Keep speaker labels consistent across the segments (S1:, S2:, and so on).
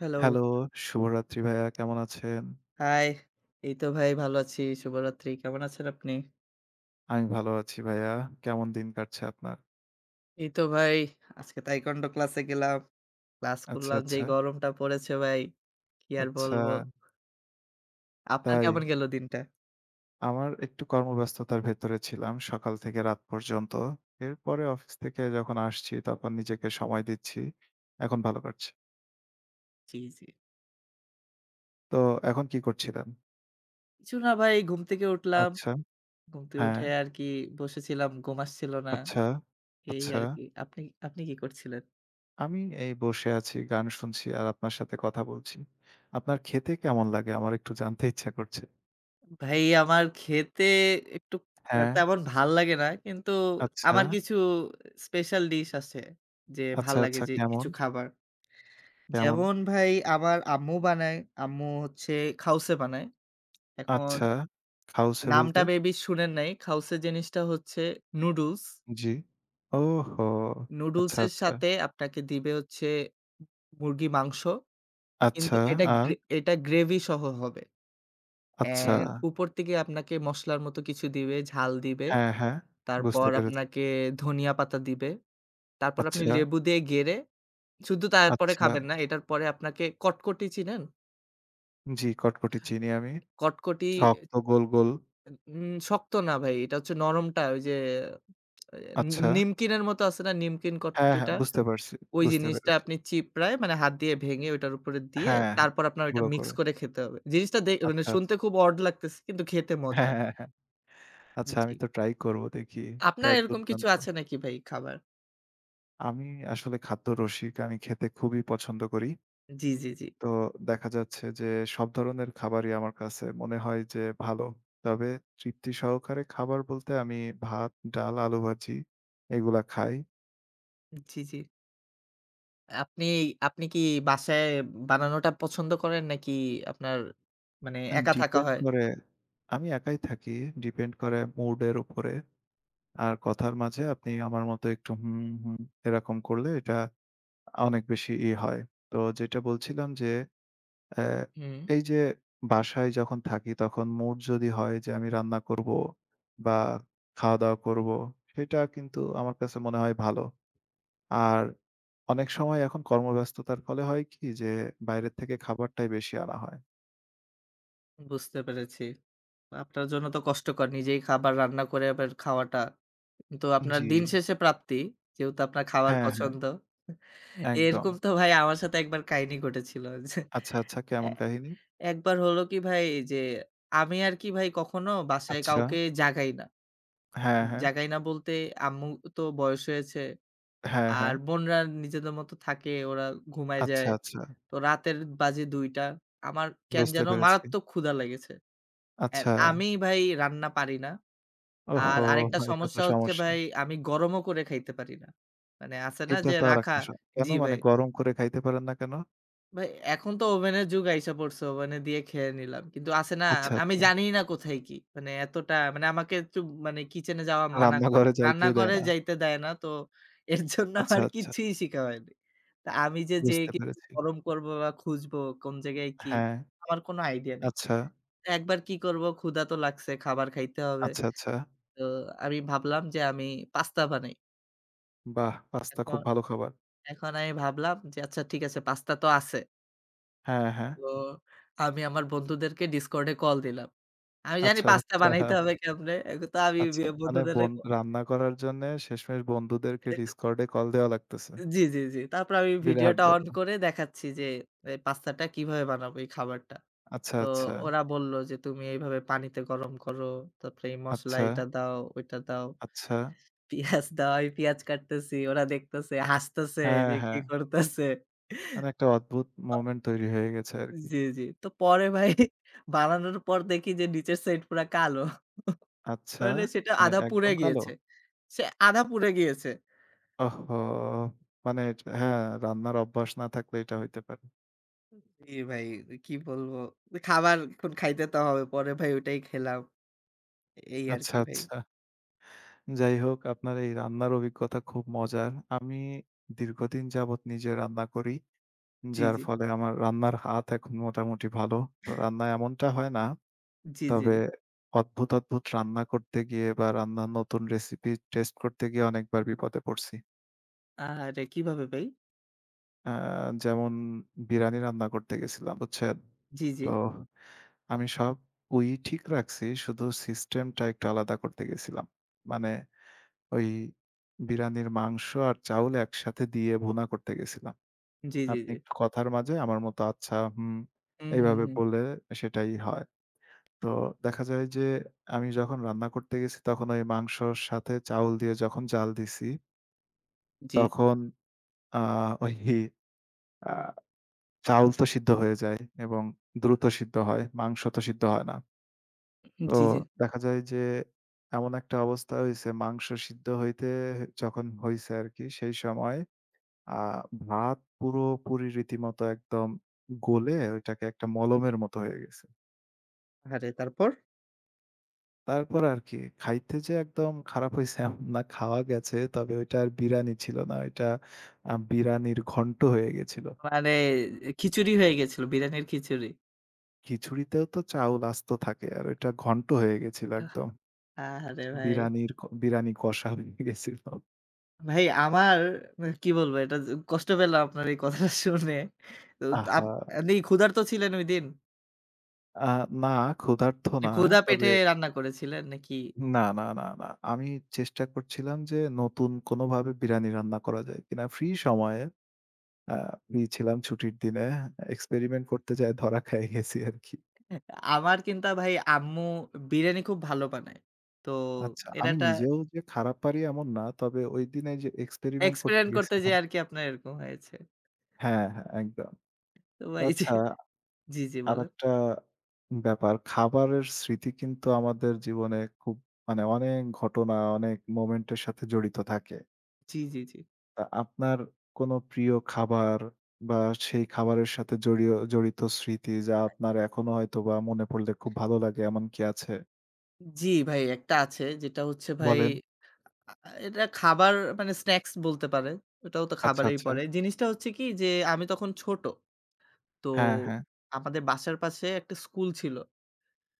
S1: Hello,
S2: hello, শুভরাত্রি ভাইয়া কেমন আছেন?
S1: হাই। এই তো ভাই ভালো আছি। শুভরাত্রি। কেমন আছেন আপনি?
S2: আমি ভালো আছি ভাইয়া। কেমন দিন কাটছে আপনার?
S1: এই তো ভাই আজকে তাইকোয়ান্ডো ক্লাসে গেলাম। ক্লাস
S2: আচ্ছা,
S1: করলাম।
S2: আচ্ছা,
S1: যেই গরমটা পড়েছে ভাই, কি আর
S2: আচ্ছা
S1: বলবো? আপনার
S2: তাই?
S1: কেমন গেল দিনটা?
S2: আমার একটু কর্মব্যস্ততার ভেতরে ছিলাম সকাল থেকে রাত পর্যন্ত। এরপরে অফিস থেকে যখন আসছি তখন নিজেকে সময় দিচ্ছি। এখন ভালো কাটছে।
S1: জি, জি।
S2: তো এখন কি করছিলেন?
S1: কিছু না ভাই ঘুম থেকে উঠলাম।
S2: আচ্ছা,
S1: ঘুম থেকে
S2: হ্যাঁ,
S1: উঠে আর কি বসেছিলাম। ঘুম আসছিল না।
S2: আচ্ছা,
S1: এই
S2: আচ্ছা।
S1: আর কি। আপনি আপনি কি করছিলেন?
S2: আমি এই বসে আছি, গান শুনছি আর আপনার সাথে কথা বলছি। আপনার খেতে কেমন লাগে? আমার একটু জানতে ইচ্ছা করছে।
S1: ভাই আমার খেতে একটু
S2: হ্যাঁ,
S1: তেমন ভাল লাগে না। কিন্তু
S2: আচ্ছা।
S1: আমার কিছু স্পেশাল ডিশ আছে যে ভাল
S2: আচ্ছা,
S1: লাগে
S2: আচ্ছা।
S1: যে
S2: কেমন?
S1: কিছু খাবার।
S2: কেমন?
S1: যেমন ভাই আমার আম্মু বানায়। আম্মু হচ্ছে খাউসে বানায়। এখন
S2: আচ্ছা। খাউসে
S1: নামটা
S2: বলতে?
S1: মেবি শুনেন নাই। খাউসে জিনিসটা হচ্ছে নুডলস।
S2: জি। ওহো!
S1: নুডলস
S2: আচ্ছা,
S1: এর
S2: আচ্ছা।
S1: সাথে আপনাকে দিবে হচ্ছে মুরগি মাংস। কিন্তু
S2: আচ্ছা, আর?
S1: এটা গ্রেভি সহ হবে।
S2: আচ্ছা।
S1: অ্যান্ড উপর থেকে আপনাকে মসলার মতো কিছু দিবে, ঝাল দিবে।
S2: হ্যাঁ, হ্যাঁ।
S1: তারপর
S2: বুঝতে পেরেছি।
S1: আপনাকে ধনিয়া পাতা দিবে। তারপর আপনি
S2: আচ্ছা,
S1: লেবু দিয়ে গেড়ে শুধু তারপরে
S2: আচ্ছা।
S1: খাবেন না। এটার পরে আপনাকে কটকটি চিনেন?
S2: জি, কটকটি চিনি আমি।
S1: কটকটি
S2: শক্ত গোল, গোল।
S1: শক্ত না ভাই। এটা হচ্ছে নরমটা ওই যে নি
S2: আচ্ছা।
S1: নিমকিনের মতো আছে না? নিমকিন
S2: হ্যাঁ, হ্যাঁ।
S1: কটকটিটা?
S2: বুঝতে পারছি।
S1: ওই
S2: বুঝতে
S1: জিনিসটা
S2: পেরেছি।
S1: আপনি চিপড়ায় মানে হাত দিয়ে ভেঙে ওইটার উপরে দিয়ে
S2: হ্যাঁ, হ্যাঁ।
S1: তারপর আপনার ওইটা
S2: গুঁড়ো
S1: মিক্স
S2: করে।
S1: করে খেতে হবে। জিনিসটা দে মানে
S2: আচ্ছা,
S1: শুনতে
S2: আচ্ছা।
S1: খুব অড লাগতেছে কিন্তু খেতে
S2: হ্যাঁ,
S1: মজার।
S2: হ্যাঁ, হ্যাঁ। হ্যাঁ। আচ্ছা আমি
S1: জি।
S2: তো ট্রাই করব দেখি। এটা
S1: আপনার এরকম কিছু
S2: দুর্দান্ত।
S1: আছে নাকি ভাই খাবার?
S2: আমি আসলে খাদ্যরসিক। আমি খেতে খুবই পছন্দ করি।
S1: জি, জি, জি।
S2: তো দেখা যাচ্ছে যে সব ধরনের খাবারই আমার কাছে মনে হয় যে ভালো। তবে তৃপ্তি সহকারে খাবার বলতে আমি ভাত, ডাল, আলু ভাজি এগুলা খাই।
S1: জি, জি। আপনি আপনি কি বাসায় বানানোটা পছন্দ করেন নাকি আপনার মানে একা থাকা
S2: ডিপেন্ড
S1: হয়?
S2: করে আমি একাই থাকি। ডিপেন্ড করে মুড এর উপরে। আর কথার মাঝে আপনি আমার মতো একটু হুম, হুম এরকম করলে এটা অনেক বেশি ই হয়। তো যেটা বলছিলাম যে অ্যা
S1: হুম।
S2: এই যে বাসায় যখন থাকি তখন মুড যদি হয় যে আমি রান্না করব বা খাওয়া-দাওয়া করব, সেটা কিন্তু আমার কাছে মনে হয় ভালো। আর অনেক সময় এখন কর্মব্যস্ততার ফলে হয় কি যে বাইরের থেকে খাবারটাই বেশি আনা হয়।
S1: বুঝতে পেরেছি। আপনার জন্য তো কষ্টকর নিজেই খাবার রান্না করে আবার খাওয়াটা। কিন্তু আপনার
S2: জি।
S1: দিন শেষে প্রাপ্তি। যেহেতু আপনার খাবার
S2: হ্যাঁ, হ্যাঁ,
S1: পছন্দ।
S2: একদম।
S1: এরকম তো ভাই আমার সাথে একবার কাহিনী ঘটেছিল। যে
S2: আচ্ছা, আচ্ছা
S1: এ
S2: কেমন কাহিনী?
S1: একবার হলো কি ভাই যে আমি আর কি ভাই কখনো বাসায়
S2: আচ্ছা।
S1: কাউকে জাগাই না।
S2: হ্যাঁ, হ্যাঁ।
S1: জাগাই না বলতে আম্মু তো বয়স হয়েছে।
S2: হ্যাঁ, হ্যাঁ।
S1: আর বোনরা নিজেদের মতো থাকে। ওরা ঘুমায়
S2: আচ্ছা,
S1: যায়।
S2: আচ্ছা।
S1: তো রাতের বাজে ২:০০ আমার কেন
S2: বুঝতে
S1: যেন
S2: পেরেছি।
S1: মারাত্মক ক্ষুধা লেগেছে। অ্যা
S2: আচ্ছা।
S1: আমি ভাই রান্না পারি না। আর
S2: ওহহো!
S1: আরেকটা
S2: এটা তো
S1: সমস্যা হচ্ছে
S2: সমস্যা।
S1: ভাই আমি গরমও করে খাইতে পারি না। মানে আছে না
S2: এটা
S1: যে
S2: তো
S1: রাখা
S2: আরেকটা স কেন
S1: জি
S2: মানে
S1: ভাই।
S2: গরম করে খাইতে পারেন না কেন?
S1: ভাই এখন তো ওভেনের যুগ আইসা পড়ছে, ওভেনে দিয়ে খেয়ে নিলাম। কিন্তু আছে না
S2: আচ্ছা,
S1: আমি
S2: আচ্ছা।
S1: জানিই না কোথায় কি? মানে এতটা মানে আমাকে একটু মানে কিচেনে যাওয়া মানা করে
S2: রান্নাঘরে যাইতেই দেয়
S1: রান্নাঘরে
S2: না।
S1: যাইতে দেয় না। তো এর জন্য
S2: আচ্ছা,
S1: আমার
S2: আচ্ছা।
S1: কিচ্ছুই শিখা হয়নি। তা আমি যে যেয়ে
S2: বুঝতে
S1: কিছু
S2: পেরেছি।
S1: গরম করব বা খুঁজবো কোন জায়গায় কি?
S2: হ্যাঁ।
S1: আমার কোনো আইডিয়া নেই।
S2: আচ্ছা,
S1: একবার কি করব? ক্ষুধা তো লাগছে, খাবার খাইতে হবে।
S2: আচ্ছা, আচ্ছা।
S1: তো আমি ভাবলাম যে আমি পাস্তা বানাই।
S2: বাহ! পাস্তা
S1: এখন
S2: খুব ভালো খাবার।
S1: এখন আমি ভাবলাম যে আচ্ছা ঠিক আছে পাস্তা তো আছে।
S2: হ্যাঁ, হ্যাঁ।
S1: তো আমি আমার বন্ধুদেরকে Discord এ কল দিলাম। আমি জানি
S2: আচ্ছা,
S1: পাস্তা
S2: আচ্ছা,
S1: বানাইতে হবে কেমনে। এ তো আমি
S2: আচ্ছা। মানে
S1: বন্ধুদেরকে
S2: বন
S1: ক
S2: রান্না করার জন্যে শেষমেশ বন্ধুদেরকে Discord এ কল দেওয়া লাগতেছে।
S1: জি, জি, জি। তারপর আমি
S2: বিরাট
S1: ভিডিওটা অন
S2: ব্যাপার।
S1: করে দেখাচ্ছি যে এই পাস্তাটা কিভাবে বানাবো এই খাবারটা।
S2: আচ্ছা,
S1: তো
S2: আচ্ছা,
S1: ওরা বলল যে তুমি এইভাবে পানিতে গরম করো, তারপরে এই মসলা
S2: আচ্ছা,
S1: এটা দাও, ওইটা দাও।
S2: আচ্ছা।
S1: পিঁয়াজ দেওয়া হয়, পিঁয়াজ কাটতেছি। ওরা দেখতেছে, হাসতেছে
S2: হ্যাঁ,
S1: যে কি
S2: হ্যাঁ।
S1: করতেছে।
S2: মানে একটা অদ্ভুত
S1: অ
S2: মোমেন্ট তৈরি হয়ে গেছে আরকি।
S1: জি, জি। তো পরে ভাই বানানোর পর দেখি যে নিচের সাইড পুরা কালো।
S2: আচ্ছা,
S1: মানে সেটা
S2: মানে
S1: আধা পুড়ে
S2: একদম কালো?
S1: গিয়েছে। সে আধা পুড়ে গিয়েছে।
S2: ওহহো! মানে এট হ্যাঁ, রান্নার অভ্যাস না থাকলে এটা হইতে পারে।
S1: জি ভাই কি বলবো? খাবার এখন খাইতে তো হবে। পরে ভাই ওইটাই খেলাম। এই
S2: আচ্ছা,
S1: আরকি ভাই।
S2: আচ্ছা। যাই হোক আপনার এই রান্নার অভিজ্ঞতা খুব মজার। আমি দীর্ঘদিন যাবৎ নিজে রান্না করি।
S1: জি,
S2: যার
S1: জি।
S2: ফলে আমার রান্নার হাত এখন মোটামুটি ভালো। তো রান্না এমনটা হয় না।
S1: জি, জি, জি।
S2: তবে অদ্ভুত, অদ্ভুত রান্না করতে গিয়ে বা রান্নার নতুন রেসিপি টেস্ট করতে গিয়ে অনেকবার বিপদে পড়ছি।
S1: আহারে! কিভাবে ভাই?
S2: আ যেমন বিরানি রান্না করতে গেছিলাম, বুঝছেন?
S1: জি, জি।
S2: তো আমি সব পুই ঠিক রাখছি, শুধু সিস্টেমটা একটু আলাদা করতে গেছিলাম। মানে ওই বিরানির মাংস আর চাউল একসাথে দিয়ে ভুনা করতে গেছিলাম।
S1: জি, জি,
S2: আপনি
S1: জি।
S2: একটু কথার মাঝে আমার মতো আচ্ছা, হুম,
S1: হুম, হুম,
S2: এইভাবে
S1: হুম।
S2: বলে সেটাই হয়। তো দেখা যায় যে আমি যখন রান্না করতে গেছি তখন ওই মাংসর সাথে চাউল দিয়ে যখন জাল দিছি
S1: জি,
S2: তখন আ ওই আ চাউল তো সিদ্ধ হয়ে যায় এবং দ্রুত সিদ্ধ হয়। মাংস তো সিদ্ধ হয় না। তো
S1: জি, জি।
S2: দেখা যায় যে এমন একটা অবস্থা হইছে মাংস সিদ্ধ হইতে যখন হইছে আরকি সেই সময় আ ভাত পুরোপুরি রীতিমতো একদম গলে ওইটাকে একটা মলমের মতো হয়ে গেছে।
S1: আহারে! তারপর?
S2: তারপর আর কি খাইতে যে একদম খারাপ হইছে এমন না, খাওয়া গেছে। তবে ওইটা আর বিরানি ছিল না। ওইটা আ বিরানির ঘন্ট হয়ে গেছিল।
S1: মানে খিচুড়ি হয়ে গেছিল, বিরানির খিচুড়ি।
S2: খিচুড়িতেও তো চাউল আস্ত থাকে। আর ওইটা ঘন্ট হয়ে গেছিল
S1: আহ
S2: একদম।
S1: আহারে ভাই!
S2: বিরানির ক বিরানি কষা হয়ে গেছিল।
S1: ভাই আমার মানে কি বলবো এটা য কষ্ট পেলাম আপনার এই কথাটা শুনে। তো আপ
S2: আহা!
S1: আপনি ক্ষুধার্ত ছিলেন ঐদিন?
S2: আ না ক্ষুধার্ত না।
S1: ক্ষুধা
S2: তবে
S1: পেটে রান্না করেছিলেন নাকি?
S2: না, না, না, না। আমি চেষ্টা করছিলাম যে নতুন কোনভাবে বিরানি রান্না করা যায় কিনা। ফ্রি সময়ে আ ফ্রি ছিলাম ছুটির দিনে। এক্সপেরিমেন্ট করতে যেয়ে ধরা খেয়ে গেছি আরকি।
S1: আমার কিন্তু ভাই আম্মু বিরিয়ানি খুব ভালো বানায়। তো
S2: আচ্ছা,
S1: এটা
S2: আমি
S1: একটা
S2: নিজেও যে খারাপ পারি এমন না। তবে ঐদিন এই যে এক্সপেরিমেন্ট করতে
S1: এক্সপেরিমেন্ট করতে
S2: গেছিলাম
S1: যেয়ে আরকি আপনার এরকম হয়েছে।
S2: হ্যাঁ, হ্যাঁ, একদম।
S1: তো
S2: তো
S1: ভাই যে
S2: আচ্ছা
S1: জি, জি বলেন।
S2: আরেকটা ব্যাপার। খাবারের স্মৃতি কিন্তু আমাদের জীবনে খুব মানে অনেক ঘটনা, অনেক মোমেন্টের সাথে জড়িত থাকে।
S1: জি, জি, জি।
S2: আপনার কোনো প্রিয় খাবার বা সেই খাবারের সাথে জড়িত স্মৃতি যা আপনার এখনো হয়তোবা মনে পড়লে খুব ভালো লাগে এমন কি আছে?
S1: জি ভাই একটা আছে যেটা হচ্ছে ভাই
S2: বলেন।
S1: আ আ এটা খাবার মানে স্ন্যাকস বলতে পারেন। ওটাও তো
S2: আচ্ছা,
S1: খাবারেই
S2: আচ্ছা।
S1: পড়ে। জিনিসটা হচ্ছে কি যে আমি তখন ছোট। তো
S2: হ্যাঁ, হ্যাঁ।
S1: আমাদের বাসার পাশে একটা স্কুল ছিল।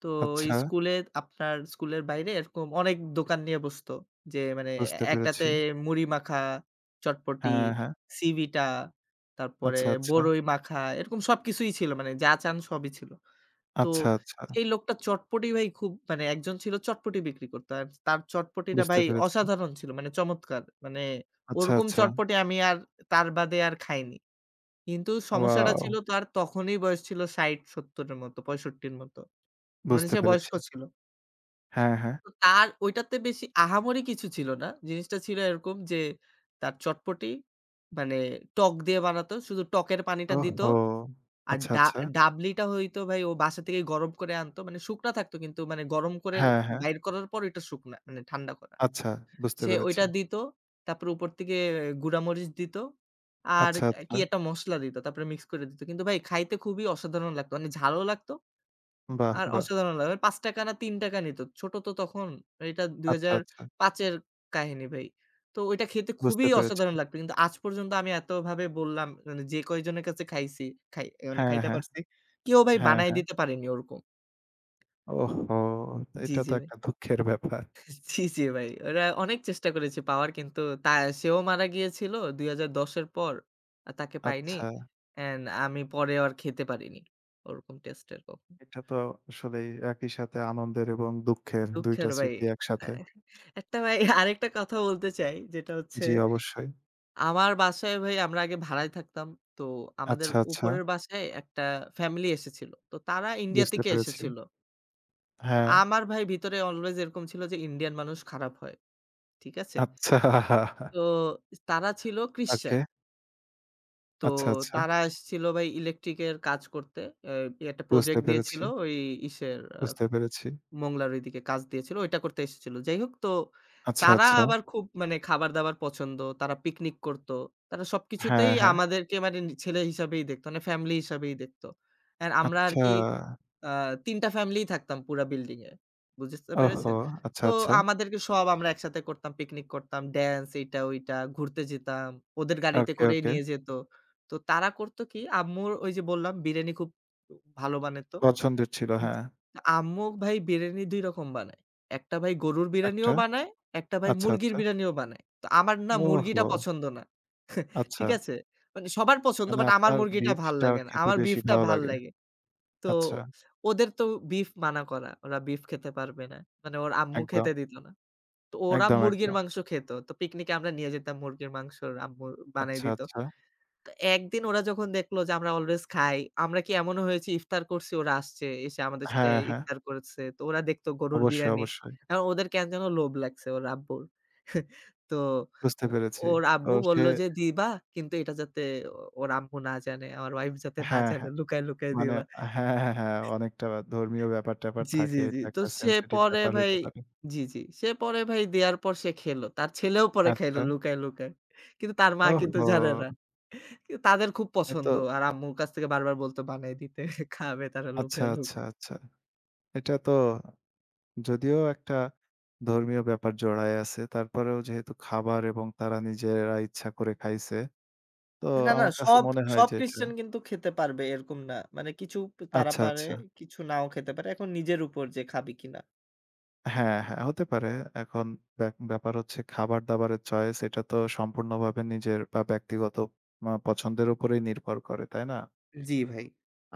S1: তো ওই
S2: আচ্ছা,
S1: স্কুলে আপনার স্কুলের বাইরে এরকম অনেক দোকান নিয়ে বসতো। যে মানে
S2: বুঝতে
S1: একটাতে
S2: পেরেছি।
S1: মুড়ি মাখা, চটপটি,
S2: হ্যাঁ, হ্যাঁ।
S1: সিবিটা, তারপরে
S2: আচ্ছা, আচ্ছা।
S1: বড়ই মাখা এরকম সবকিছুই ছিল। মানে যা চান সবই ছিল। তো
S2: আচ্ছা, আচ্ছা।
S1: এই লোকটা চটপটি ভাই খুব মানে একজন ছিল চটপটি বিক্রি করতো। আর তার চটপটিটা
S2: বুঝতে
S1: ভাই
S2: পেরেছি।
S1: অসাধারণ ছিল মানে চমৎকার। মানে
S2: আচ্ছা,
S1: ওরকম
S2: আচ্ছা।
S1: চটপটি আমি আর তার বাদে আর খাইনি। কিন্তু সমস্যাটা
S2: ওয়াও!
S1: ছিল তার তখনই বয়স ছিল ৬০-৭০ এর মতো, ৬৫ র মতো। মানে
S2: বুঝতে
S1: সে বয়স্ক
S2: পেরেছি।
S1: ছিল।
S2: হ্যাঁ, হ্যাঁ।
S1: তো তার ঐটাতে বেশি আহামরি কিছু ছিল না। জিনিসটা ছিল এরকম যে তার চটপটি মানে টক দিয়ে বানাতো। শুধু টকের পানিটা দিত
S2: ওহহো!
S1: আর
S2: আচ্ছা, আচ্ছা।
S1: ডাবলিটা হইতো ভাই ও বাসা থেকে গরম করে আনতো। মানে শুকনা থাকতো কিন্তু মানে গরম করে
S2: হ্যাঁ, হ্যাঁ।
S1: বাইর করার পর ওইটা শুকনা মানে ঠান্ডা করা।
S2: আচ্ছা, বুঝতে
S1: সে
S2: পেরেছি।
S1: ওইটা দিত। তারপরে উপর থেকে গুঁড়া মরিচ দিত। আর
S2: আচ্ছা, আচ্ছা।
S1: কি একটা মসলা দিত। তারপরে মিক্স করে দিত। কিন্তু ভাই খাইতে খুবই অসাধারণ লাগতো। মানে ঝালও লাগতো
S2: বাহ!
S1: আর
S2: বাহ!
S1: অসাধারণ লাগে। ৳৫ না ৳৩ নিত। ছোট তো তখন এটা
S2: আচ্ছা, আচ্ছা।
S1: ২০০৫ এর কাহিনী ভাই। তো ওইটা খেতে খুবই
S2: বুঝতে পেরেছি।
S1: অসাধারণ লাগতো। কিন্তু আজ পর্যন্ত আমি এতভাবে বললাম মানে যে কয়জনের কাছে খাইছি, খাই মানে
S2: হ্যাঁ,
S1: খাইতে
S2: হ্যাঁ।
S1: পারছি, কেউ ভাই বানায়
S2: হ্যাঁ।
S1: দিতে পারেনি ওরকম।
S2: ওহহো!
S1: জি,
S2: এটা
S1: জি
S2: তো
S1: ভাই।
S2: একটা দুঃখের ব্যাপার।
S1: জি, জি ভাই। ওরা অনেক চেষ্টা করেছে পাওয়ার কিন্তু তা সেও মারা গিয়েছিল ২০১০ এর পর। আর তাকে পাইনি।
S2: আচ্ছা,
S1: অ্যান্ড আমি পরে আর খেতে পারিনি। ওরকম টেস্টের কখনো।
S2: এটা তো আসলেই একই সাথে আনন্দের এবং দুঃখের ২ টা
S1: দুঃখের ভাই।
S2: স্মৃতি
S1: আ
S2: একসাথে।
S1: একটা ভাই আরেকটা কথা বলতে চাই যেটা হচ্ছে
S2: জি, অবশ্যই।
S1: আমার বাসায় ভাই আমরা আগে ভাড়ায় থাকতাম। তো আমাদের
S2: আচ্ছা, আচ্ছা।
S1: উপরের বাসায় একটা ফ্যামিলি এসেছিল। তো তারা ইন্ডিয়া
S2: বুঝতে
S1: থেকে
S2: পেরেছি।
S1: এসেছিল। তো
S2: হ্যাঁ,
S1: আমার ভাই ভিতরে অলওয়েজ এরকম ছিল যে ইন্ডিয়ান মানুষ খারাপ হয়। ঠিক আছে?
S2: আচ্ছা।
S1: তো তারা ছিল
S2: ওকে।
S1: ক্রিশ্চিয়ান। তো
S2: আচ্ছা, আচ্ছা।
S1: তারা এসেছিল ভাই ইলেকট্রিকের কাজ করতে। এ একটা
S2: বুঝতে
S1: প্রজেক্ট
S2: পেরেছি,
S1: দিয়েছিল ওই ইসের
S2: বুঝতে পেরেছি।
S1: মংলার ঐদিকে কাজ দিয়েছিল। ওইটা করতে এসেছিল। যাই হোক তো
S2: আচ্ছা,
S1: তারা
S2: আচ্ছা।
S1: আবার খুব মানে খাবার-দাবার পছন্দ। তারা পিকনিক করত। তারা
S2: হ্যাঁ,
S1: সবকিছুতেই
S2: হ্যাঁ।
S1: আমাদেরকে মানে ছেলে হিসাবেই দেখত। মানে ফ্যামিলি হিসাবেই দেখত। অ্যান্ড আমরা
S2: আচ্ছা।
S1: আরকি আ ৩ টা ফ্যামিলি থাকতাম পুরা বিল্ডিং এ। বুঝতে পেরেছেন?
S2: ওহহো! আচ্ছা,
S1: তো
S2: আচ্ছা।
S1: আমাদেরকে সব আমরা একসাথে করতাম, পিকনিক করতাম, ড্যান্স এইটা ওইটা, ঘুরতে যেতাম। ওদের গাড়িতে
S2: ওকে,
S1: করেই
S2: ওকে।
S1: নিয়ে যেত। তো তারা করত কি আম্মুর ওই যে বললাম বিরিয়ানি খুব ভালো বানাতো।
S2: পছন্দের ছিল,
S1: জি।
S2: হ্যাঁ।
S1: আম্মু ভাই বিরিয়ানি ২ রকম বানায়। একটা ভাই গরুর বিরিয়ানিও
S2: একটা।
S1: বানায়, একটা ভাই
S2: আচ্ছা,
S1: মুরগির
S2: আচ্ছা।
S1: বিরিয়ানিও বানায়। তো আমার না মুরগিটা
S2: ওহহো!
S1: পছন্দ না।
S2: আচ্ছা।
S1: ঠিক আছে? মানে সবার পছন্দ
S2: মানে
S1: বাট আমার
S2: আপনার
S1: মুরগিটা ভাল
S2: বীচটা
S1: লাগে না।
S2: খেতে
S1: আমার
S2: বেশি
S1: বিফটা
S2: ভালো
S1: ভাল
S2: লাগে।
S1: লাগে। তো
S2: আচ্ছা,
S1: ওদের তো বিফ মানা করা। ওরা বিফ খেতে পারবে না। মানে ওর আম্মু
S2: একদম,
S1: খেতে দিত না। তো ওরা
S2: একদম,
S1: মুরগির
S2: একদম।
S1: মাংস খেত। তো পিকনিকে আমরা নিয়ে যেতাম মুরগির মাংস আম্মু বানায়
S2: আচ্ছা,
S1: দিত।
S2: আচ্ছা।
S1: তো একদিন ওরা যখন দেখলো যে আমরা অলওয়েজ খাই, আমরা কি এমনও হয়েছি ইফতার করছি ওরা আসছে, এসে আমাদের সাথে
S2: হ্যাঁ, হ্যাঁ।
S1: ইফতার করেছে। তো ওরা দেখতো গরুর
S2: অবশ্যই,
S1: বিরানি।
S2: অবশ্যই।
S1: এখন ওদের কেন যেন লোভ লাগছে ওর আব্বুর। তো
S2: বুঝতে
S1: ও
S2: পেরেছি।
S1: ওর
S2: তো
S1: আব্বু
S2: সে
S1: বলল যে, "দিবা কিন্তু এটা যাতে ওর আম্মু না জানে, আমার ওয়াইফ যাতে না
S2: হ্যাঁ,
S1: জানে
S2: হ্যাঁ।
S1: লুকায়, লুকায়
S2: মানে
S1: দিবা।"
S2: হ্যাঁ, হ্যাঁ, হ্যাঁ। অনেকটা ধর্মীয় ব্যাপার-ট্যাপার
S1: জি, জি,
S2: থাকে।
S1: জি।
S2: এটা
S1: তো
S2: একটা
S1: সে
S2: সেনসিটিভ
S1: পরে
S2: ব্যাপার
S1: ভাই
S2: হইতে পারে।
S1: জি, জি। সে পরে ভাই দেয়ার পর সে খেলো। তার ছেলেও পরে খাইলো
S2: আচ্ছা।
S1: লুকায়, লুকায়। কিন্তু তার মা কিন্তু জানে না।
S2: ওহহো!
S1: কিন্তু তাদের খুব
S2: এ তো
S1: পছন্দ। আর আম্মুর কাছ থেকে বারবার বলতো বানায় দিতে। খাবে তারা
S2: আচ্ছা,
S1: লুকায়,
S2: আচ্ছা,
S1: লুকায়।
S2: আচ্ছা। এটা তো যদিও একটা ধর্মীয় ব্যাপার জড়ায় আছে। তারপরেও যেহেতু খাবার এবং তারা নিজেরা ইচ্ছা করে খাইছে, তো
S1: না, না
S2: আমার কাছে
S1: সব,
S2: মনে হয়
S1: সব
S2: যে এটা
S1: খ্রিস্টান কিন্তু খেতে পারবে এরকম না। মানে কিছু তারা
S2: আচ্ছা,
S1: পারে,
S2: আচ্ছা।
S1: কিছু নাও খেতে পারে। এখন নিজের উপর যে খাবি কিনা।
S2: হ্যাঁ, হ্যাঁ, হতে পারে। এখন ব্যাপার হচ্ছে খাবার-দাবারের চয়েস এটা তো সম্পূর্ণভাবে নিজের বা ব্যক্তিগত মা পছন্দের উপরেই নির্ভর করে, তাই না?
S1: জি ভাই।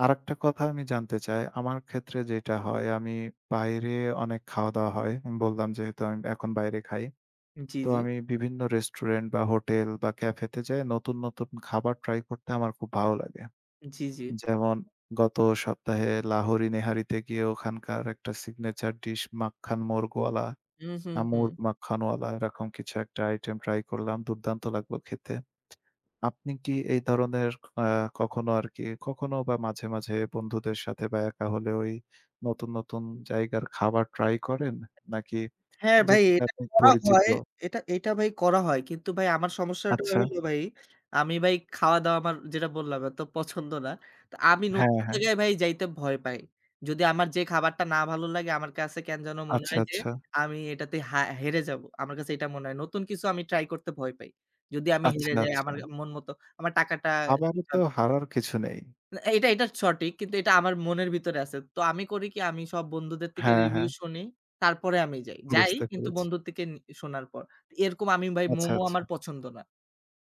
S2: আরেকটা কথা আমি জানতে চাই, আমার ক্ষেত্রে যেটা হয় আমি বাইরে অনেক খাওয়া-দাওয়া হয়। আমি বললাম যেহেতু আমি এখন বাইরে খাই।
S1: জি,
S2: তো
S1: জি।
S2: আমি বিভিন্ন রেস্টুরেন্ট বা হোটেল বা ক্যাফেতে যাই নতুন, নতুন খাবার ট্রাই করতে আমার খুব ভালো লাগে।
S1: জি, জি।
S2: যেমন গত সপ্তাহে লাহোরি নেহারিতে গিয়ে ওখানকার একটা সিগনেচার ডিশ মাক্খান মোরগওয়ালা
S1: হুম, হুম,
S2: আমুর
S1: হুম।
S2: মাখানওয়ালা এরকম কিছু একটা আইটেম ট্রাই করলাম। দুর্দান্ত লাগলো খেতে। আপনি কি এই ধরনের আ কখনো আরকি কখনো বা মাঝে, মাঝে বন্ধুদের সাথে বা একা হলে ওই নতুন, নতুন জায়গার খাবার ট্রাই করেন? নাকি
S1: হ্যাঁ, ভাই
S2: যেটাতে
S1: এটা
S2: আপনি
S1: করা
S2: পরিচিত?
S1: হয়। এটা এটা ভাই করা হয়। কিন্তু ভাই আমার সমস্যাটা
S2: আচ্ছা।
S1: হলো ভাই, আমি ভাই খাওয়া-দাওয়া আমার যেটা বললাম এত পছন্দ না। তো আমি
S2: হ্যাঁ,
S1: নতুন
S2: হ্যাঁ।
S1: জায়গায় ভাই যাইতে ভয় পাই। যদি আমার যে খাবারটা না ভালো লাগে আমার কাছে কেন যেন মনে
S2: আচ্ছা,
S1: হয় যে
S2: আচ্ছা।
S1: আমি এটাতে হেরে যাবো। আমার কাছে এটা মনে হয়। নতুন কিছু আমি ট্রাই করতে ভয় পাই। যদি আমি
S2: আচ্ছা,
S1: হেরে যাই
S2: আচ্ছা।
S1: আমার মন মতো আমার টাকাটা
S2: খাবারে তো হারার কিছু নেই।
S1: না এটা, এটা সঠিক। কিন্তু এটা আমার মনের ভিতরে আছে। তো আমি করি কি আমি সব বন্ধুদের থেকে
S2: হ্যাঁ, হ্যাঁ।
S1: রিভিউ শুনি। তারপরে আমি যাই। যাই
S2: বুঝতে
S1: কিন্তু
S2: পেরেছি।
S1: বন্ধুর থেকে শোনার পর। এরকম আমি ভাই
S2: আচ্ছা,
S1: মোমো
S2: আচ্ছা।
S1: আমার পছন্দ না।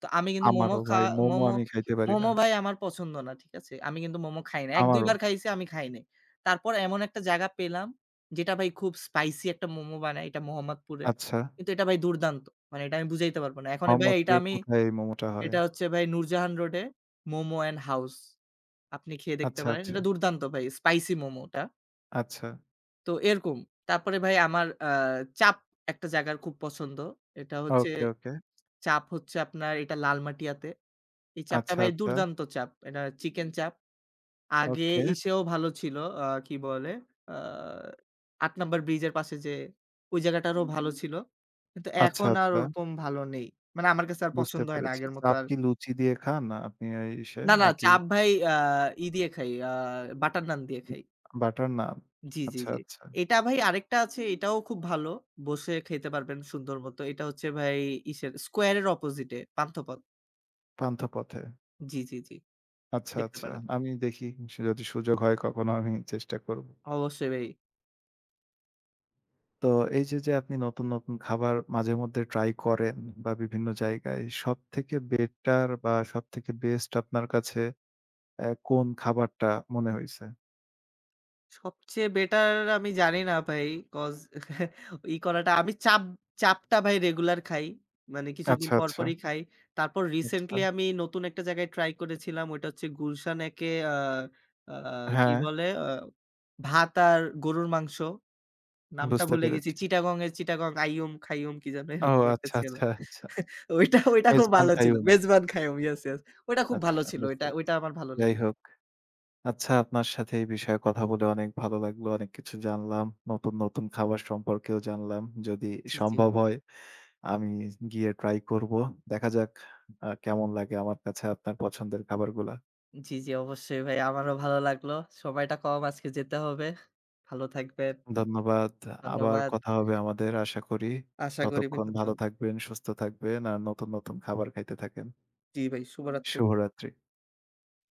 S1: তো আমি কিন্তু মোমো
S2: আমারও ভাই
S1: খাওয়া
S2: মোমো
S1: মোমো,
S2: আমি খাইতে পারি না।
S1: মোমো ভাই আমার পছন্দ না। ঠিক আছে? আমি কিন্তু মোমো খাই না। ১-২
S2: আমারও।
S1: বার খাইছি আমি খাই নাই। তারপর এমন একটা জায়গা পেলাম যেটা ভাই খুব স্পাইসি একটা মোমো বানায়। এটা মোহাম্মদপুরে।
S2: আচ্ছা।
S1: কিন্তু এটা ভাই দুর্দান্ত। মানে এটা আমি বুঝাইতে পারব না। এখন ভাই এটা
S2: মোহাম্মদপুরের
S1: আমি
S2: কোথায় এই মোমোটা হয়?
S1: এটা হচ্ছে ভাই নূরজাহান রোডে মোমো অ্যান্ড হাউস। আপনি খেয়ে দেখতে
S2: আচ্ছা,
S1: পারেন।
S2: আচ্ছা,
S1: এটা দুর্দান্ত ভাই স্পাইসি মোমোটা।
S2: আচ্ছা।
S1: তো এরকম। তারপরে ভাই আমার চাপ একটা জায়গার খুব পছন্দ। এটা হচ্ছে
S2: ওকে, ওকে।
S1: চাপ হচ্ছে আপনার এটা লালমাটিয়াতে। এই চাপটা
S2: আচ্ছা,
S1: ভাই
S2: আচ্ছা।
S1: দুর্দান্ত চাপ। এটা চিকেন চাপ। আগে
S2: ওকে।
S1: ইসেও ভালো ছিল। কি বলে? আ ৮ নাম্বার ব্রিজের পাশে যে ওই জায়গাটারও ভালো ছিল। কিন্তু
S2: আচ্ছা,
S1: এখন আর
S2: আচ্ছা।
S1: ওরকম ভালো নেই। মানে আমার কাছে আর
S2: বুঝতে
S1: পছন্দ হয় না
S2: পেরেছি।
S1: আগের মতো
S2: চাপ
S1: আর।
S2: কি লুচি দিয়ে খান আপনি এই ইসে
S1: না, না
S2: নাকি
S1: চাপ ভাই ই দিয়ে খাই। বাটার নান দিয়ে খাই।
S2: বাটার নান?
S1: জি, জি,
S2: আচ্ছা,
S1: জি।
S2: আচ্ছা।
S1: এটা ভাই আরেকটা আছে এটাও খুব ভালো। বসে খেতে পারবেন সুন্দর মতো। এটা হচ্ছে ভাই ইসের স্কয়ারের অপোজিটে পান্থপথ।
S2: পান্থ পথে।
S1: জি, জি, জি।
S2: আচ্ছা,
S1: দেখতে
S2: আচ্ছা।
S1: পারেন।
S2: আমি দেখি যদি সুযোগ হয় কখনো আমি চেষ্টা করব।
S1: অবশ্যই ভাই।
S2: তো এই যে, যে আপনি নতুন, নতুন খাবার মাঝে মধ্যে ট্রাই করেন বা বিভিন্ন জায়গায় সবথেকে বেটার বা সবথেকে বেস্ট আপনার কাছে কোন খাবারটা মনে হইছে?
S1: সবচেয়ে বেটার আমি জানি না ভাই। কজ ই করাটা আমি চাপটা ভাই রেগুলার খাই। মানে কিছুদিন
S2: আচ্ছা,
S1: পর
S2: আচ্ছা,
S1: পরই খাই। তারপর
S2: আচ্ছা।
S1: রিসেন্টলি আমি নতুন একটা জায়গায় ট্রাই করেছিলাম। ওইটা হচ্ছে গুলশান একে আ আ কি
S2: হ্যাঁ।
S1: বলে? ভাত আর গরুর মাংস। নামটা
S2: বুঝতে
S1: ভুলে গেছি।
S2: পেরেছি।
S1: চিটাগং আইয়ুম খাইয়ুম কি যেন
S2: ও
S1: এরকম একটা
S2: আচ্ছা,
S1: ছিল।
S2: আচ্ছা, আচ্ছা।
S1: ওইটা ওইটা খুব
S2: মেজবান
S1: ভালো ছিল।
S2: কাইয়ুম।
S1: Mezban Qayyum yes, yes. ওইটা খুব ভালো
S2: আচ্ছা,
S1: ছিল।
S2: বুঝতে
S1: ওইটা ওইটা
S2: পেরেছি।
S1: আমার ভালো
S2: যাই
S1: লেগেছে।
S2: হোক। আচ্ছা, আপনার সাথে এই বিষয়ে কথা বলে অনেক ভালো লাগলো। অনেক কিছু জানলাম। নতুন, নতুন খাবার সম্পর্কেও জানলাম। যদি
S1: জি, জি।
S2: সম্ভব হয় আমি গিয়ে ট্রাই করব। দেখা যাক কেমন লাগে আমার কাছে আপনার পছন্দের খাবারগুলা।
S1: জি, জি অবশ্যই ভাই আমারও ভালো লাগলো। সময়টা কম আজকে যেতে হবে। ভালো থাকবেন।
S2: ধন্যবাদ। আবার
S1: ধন্যবাদ।
S2: কথা হবে আমাদের আশা করি।
S1: আশা করি ভাই
S2: ততক্ষণ
S1: কথা
S2: ভালো
S1: হবে।
S2: থাকবেন, সুস্থ থাকবেন আর নতুন, নতুন খাবার খাইতে থাকেন।
S1: জি ভাই শুভরাত্রি।
S2: শুভরাত্রি।